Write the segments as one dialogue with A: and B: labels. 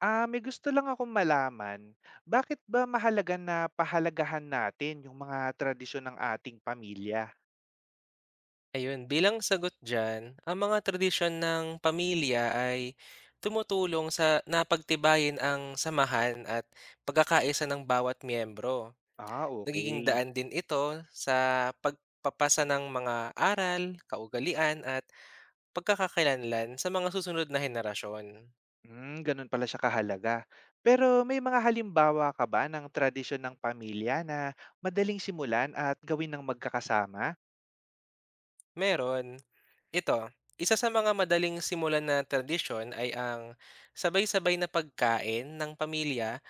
A: May gusto lang akong malaman, bakit ba mahalaga na pahalagahan natin yung mga tradisyon ng ating pamilya?
B: Ayun, bilang sagot diyan, ang mga tradisyon ng pamilya ay tumutulong sa napagtibayin ang samahan at pagkakaisa ng bawat miyembro. Nagiging
A: Okay.
B: daan din ito sa pagpapasa ng mga aral, kaugalian at pagkakakilanlan sa mga susunod na henerasyon.
A: Hmm, ganun pala siya kahalaga. Pero may mga halimbawa ka ba ng tradisyon ng pamilya na madaling simulan at gawin ng magkakasama?
B: Meron, ito, isa sa mga madaling simulan na tradisyon ay ang sabay-sabay na pagkain ng pamilya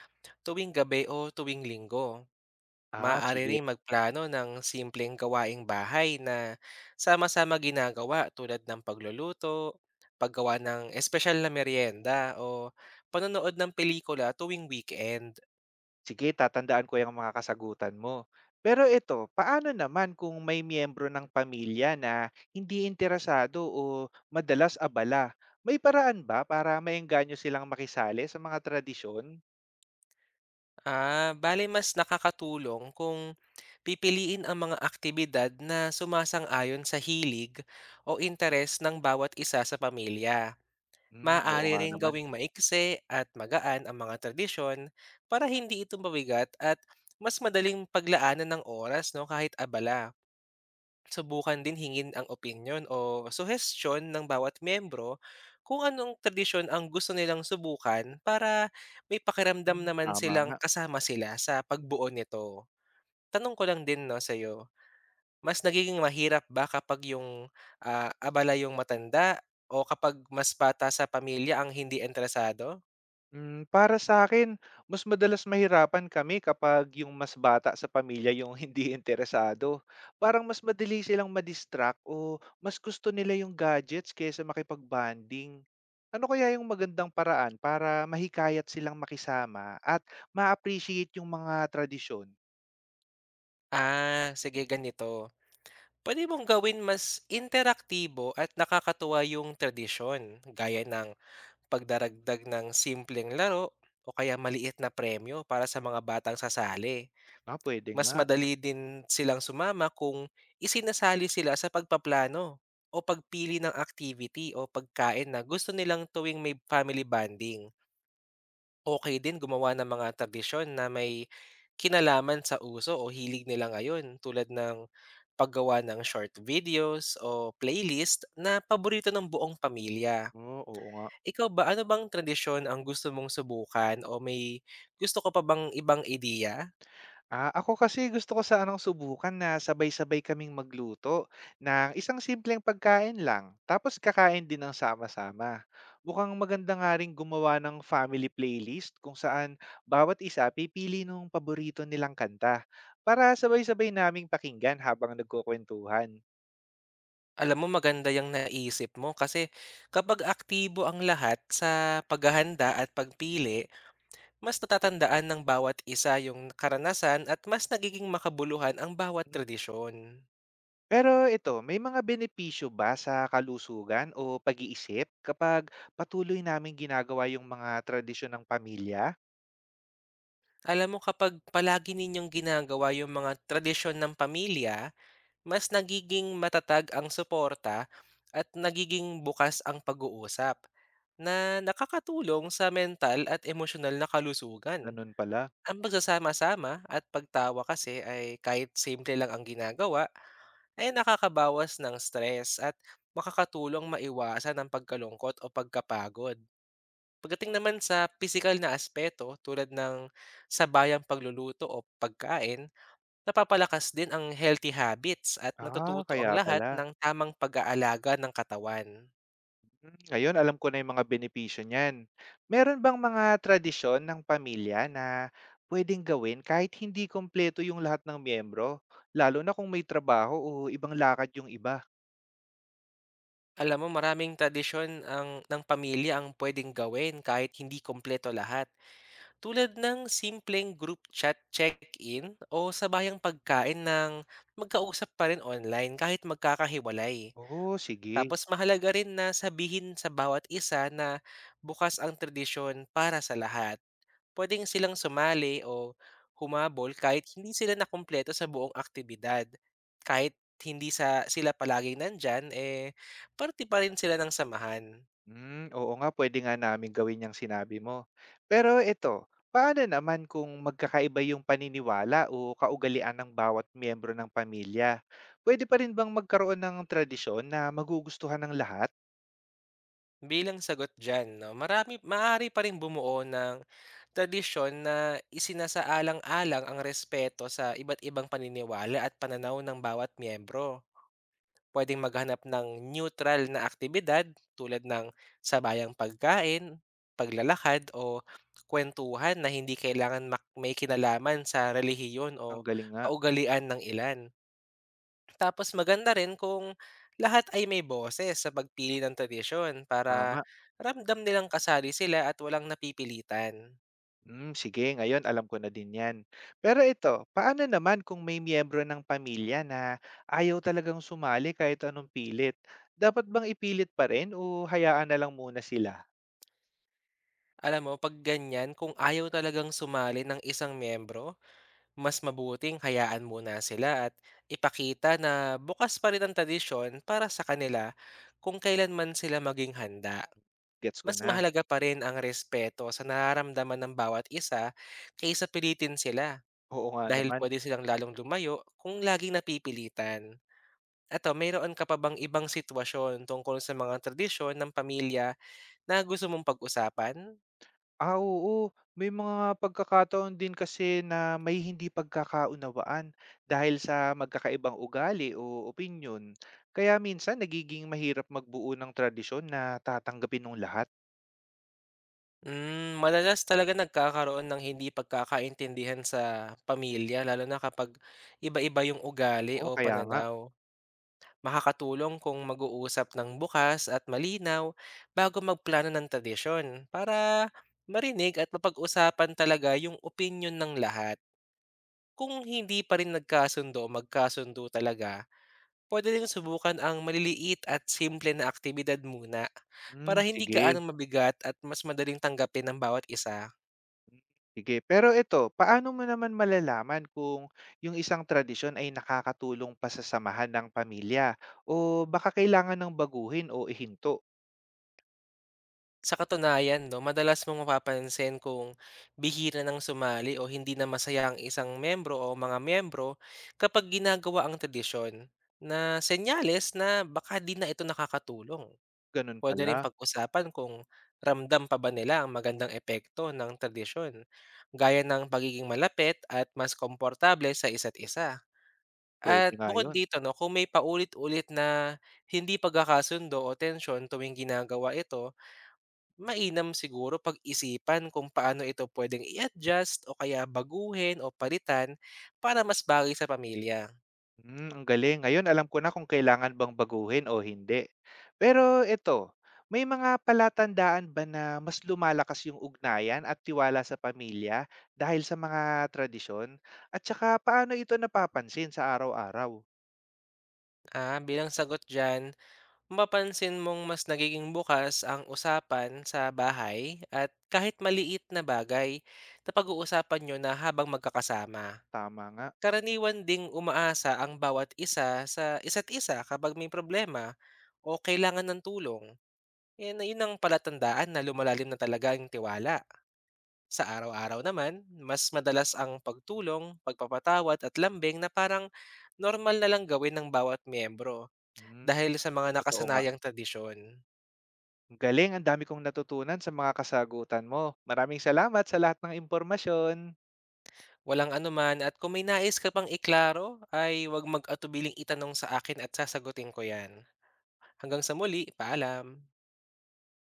B: tuwing gabi o tuwing linggo. Maaari
A: Sige.
B: ring magplano ng simpleng gawaing bahay na sama-sama ginagawa, tulad ng pagluluto, paggawa ng espesyal na merienda o panonood ng pelikula tuwing weekend.
A: Sige, tatandaan ko yung mga kasagutan mo. Pero ito, paano naman kung may miyembro ng pamilya na hindi interesado o madalas abala? May paraan ba para maengganyo silang makisali sa mga tradisyon?
B: Ah, bale mas nakakatulong kung pipiliin ang mga aktibidad na sumasang-ayon sa hilig o interes ng bawat isa sa pamilya.
A: Hmm, oo
B: Maaari
A: nga
B: ring
A: naman.
B: gawing maikse at magaan ang mga tradisyon para hindi ito mabigat at mas madaling paglaanan ng oras no kahit abala. Subukan din hingin ang opinion o suhestyon ng bawat miyembro kung anong tradisyon ang gusto nilang subukan para may
A: Hmm,
B: pakiramdam naman
A: tama
B: silang
A: nga.
B: kasama sila sa pagbuo nito. Tanong ko lang din no sa mas nagiging mahirap ba kapag yung, abala yung matanda o kapag mas bata sa pamilya ang hindi interesado?
A: Hmm, para sa akin, mas madalas mahirapan kami kapag yung mas bata sa pamilya yung hindi interesado. Parang mas madali silang ma o mas gusto nila yung gadgets kaysa makipag-bonding. Ano kaya yung magandang paraan para mahikayat silang makisama at ma-appreciate yung mga tradisyon?
B: Ah, sige, ganito, puwede mong gawin mas interaktibo at nakakatuwa yung tradisyon, gaya ng pagdaragdag ng simpleng laro o kaya maliit na premyo para sa mga batang sasali.
A: Puwede
B: Mas
A: nga.
B: madali din silang sumama kung isinasali sila sa pagpaplano o pagpili ng activity o pagkain na gusto nilang tuwing may family bonding. Okay din gumawa ng mga tradisyon na may kinalaman sa uso o hilig nila ngayon, tulad ng paggawa ng short videos o playlist na paborito ng buong pamilya.
A: Oh, oo nga.
B: Ikaw ba, ano bang tradisyon ang gusto mong subukan o may gusto ka pa bang ibang ideya?
A: Ako kasi gusto ko sa anong subukan na sabay-sabay kaming magluto ng isang simpleng pagkain lang, tapos kakain din ng sama-sama. Mukhang maganda nga rin gumawa ng family playlist kung saan bawat isa pipili ng paborito nilang kanta para sabay-sabay naming pakinggan habang nagkukwentuhan.
B: Alam mo, maganda yung naisip mo kasi kapag aktibo ang lahat sa paghahanda at pagpili, mas natatandaan ng bawat isa yung karanasan at mas nagiging makabuluhan ang bawat
A: Mm.
B: tradisyon.
A: Pero ito, may mga benepisyo ba sa kalusugan o pag-iisip kapag patuloy naming ginagawa yung mga tradisyon ng pamilya?
B: Alam mo, kapag palagi ninyong ginagawa yung mga tradisyon ng pamilya, mas nagiging matatag ang suporta at nagiging bukas ang pag-uusap na nakakatulong sa mental at emosyonal na kalusugan.
A: Ganun pala.
B: Ang pagsasama-sama at pagtawa kasi, ay kahit simple lang ang ginagawa, ay nakakabawas ng stress at makakatulong maiwasan ang pagkalungkot o pagkapagod. Pagdating naman sa physical na aspeto, tulad ng sabayang pagluluto o pagkain, napapalakas din ang healthy habits at natututo ang
A: Kaya
B: lahat
A: pala.
B: ng tamang pag-aalaga ng katawan.
A: Hmm, ngayon, alam ko na yung mga benepisyo niyan. Meron bang mga tradisyon ng pamilya na pwedeng gawin kahit hindi kompleto yung lahat ng miyembro? Lalo na kung may trabaho o ibang lakad yung iba.
B: Alam mo, maraming tradisyon ng pamilya ang pwedeng gawin kahit hindi kompleto lahat. Tulad ng simpleng group chat check-in o sabayang pagkain ng magkausap pa rin online kahit magkakahiwalay.
A: Oo, sige.
B: Tapos mahalaga rin na sabihin sa bawat isa na bukas ang tradisyon para sa lahat. Pwedeng silang sumali o humabol kahit hindi sila nakumpleto sa buong aktibidad. Kahit hindi sila palaging nandyan, eh, parte pa rin sila ng samahan.
A: Hmm, oo nga, pwede nga namin gawin yung sinabi mo. Pero ito, paano naman kung magkakaiba yung paniniwala o kaugalian ng bawat miyembro ng pamilya? Pwede pa rin bang magkaroon ng tradisyon na magugustuhan ng lahat?
B: Bilang sagot diyan 'no, maaari pa rin bumuo ng tradisyon na isinasaalang-alang ang respeto sa iba't ibang paniniwala at pananaw ng bawat miyembro. Pwedeng maghanap ng neutral na aktibidad, tulad ng sabayang pagkain, paglalakad o kuwentuhan na hindi kailangan may kinalaman sa relihiyon
A: Ang
B: o
A: galing nga.
B: kaugalian ng ilan. Tapos maganda rin kung lahat ay may boses sa pagpili ng tradisyon para
A: Tama.
B: ramdam nilang kasali sila at walang napipilitan.
A: Hmm, sige, ngayon alam ko na din 'yan. Pero ito, paano naman kung may miyembro ng pamilya na ayaw talagang sumali kahit anong pilit? Dapat bang ipilit pa rin o hayaan na lang muna sila?
B: Alam mo, pag ganyan, kung ayaw talagang sumali ng isang miyembro, mas mabuting hayaan muna sila at ipakita na bukas pa rin ang tradisyon para sa kanila kung kailanman sila maging handa.
A: Gets ko
B: Mas
A: na.
B: mahalaga pa rin ang respeto sa nararamdaman ng bawat isa kaysa pilitin sila,
A: Oo nga
B: dahil
A: naman.
B: puwede silang lalong lumayo kung laging napipilitan. Ato, mayroon ka pa bang ibang sitwasyon tungkol sa mga tradisyon ng pamilya na gusto mong pag-usapan?
A: Oo. May mga pagkakataon din kasi na may hindi pagkakaunawaan dahil sa magkakaibang ugali o opinyon. Kaya minsan nagiging mahirap magbuo ng tradisyon na tatanggapin ng lahat.
B: Hmm, madalas talaga nagkakaroon ng hindi pagkakaintindihan sa pamilya, lalo na kapag iba-iba yung ugali
A: Oo,
B: o
A: kaya nga.
B: pananaw. Makakatulong kung mag-uusap ng bukas at malinaw bago magplano ng tradisyon para marinig at mapag-usapan talaga yung opinyon ng lahat. Kung hindi pa rin nagkasundo o magkasundo talaga, puwede ring subukan ang maliliit at simple na aktibidad muna
A: Hmm,
B: para hindi
A: sige.
B: gaanong mabigat at mas madaling tanggapin ng bawat isa.
A: Sige, pero ito, paano mo naman malalaman kung yung isang tradisyon ay nakakatulong pa sa samahan ng pamilya o baka kailangan ng baguhin o ihinto?
B: Sa katunayan, 'no, madalas mong mapapansin kung bihira ng sumali o hindi na masaya ang isang membro o mga membro kapag ginagawa ang tradisyon, na senyales na baka di na ito nakakatulong.
A: Ganun
B: Puwede rin
A: pala,
B: pag-usapan kung ramdam pa ba nila ang magandang epekto ng tradisyon, gaya ng pagiging malapit at mas komportable sa isa't isa.
A: pwede
B: At
A: nga
B: bukod
A: yun.
B: dito 'no, kung may paulit-ulit na hindi pagkakasundo o tensyon tuwing ginagawa ito, mainam siguro pag-isipan kung paano ito pwedeng i-adjust o kaya baguhin o palitan para mas bagay sa pamilya.
A: Hmm, ang galing. Ngayon alam ko na kung kailangan bang baguhin o hindi. Pero ito, may mga palatandaan ba na mas lumalakas yung ugnayan at tiwala sa pamilya dahil sa mga tradisyon? At saka paano ito napapansin sa araw-araw?
B: Ah, bilang sagot diyan, mapapansin mong mas nagiging bukas ang usapan sa bahay at kahit maliit na bagay na pag-uusapan nyo na habang magkakasama.
A: Tama nga.
B: Karaniwan ding umaasa ang bawat isa sa isa't isa kapag may problema o kailangan ng tulong. Yun ang palatandaan na lumalalim na talaga ang tiwala. Sa araw-araw naman, mas madalas ang pagtulong, pagpapatawad at lambing na parang normal na lang gawin ng bawat miyembro
A: Hmm,
B: dahil sa mga
A: totoo nga.
B: nakasanayang tradisyon.
A: Ang galing, ang dami kong natutunan sa mga kasagutan mo. Maraming salamat sa lahat ng impormasyon.
B: Walang anuman, at kung may nais ka pang iklaro, ay huwag mag-atubiling itanong sa akin at sasagutin ko yan. Hanggang sa muli, paalam.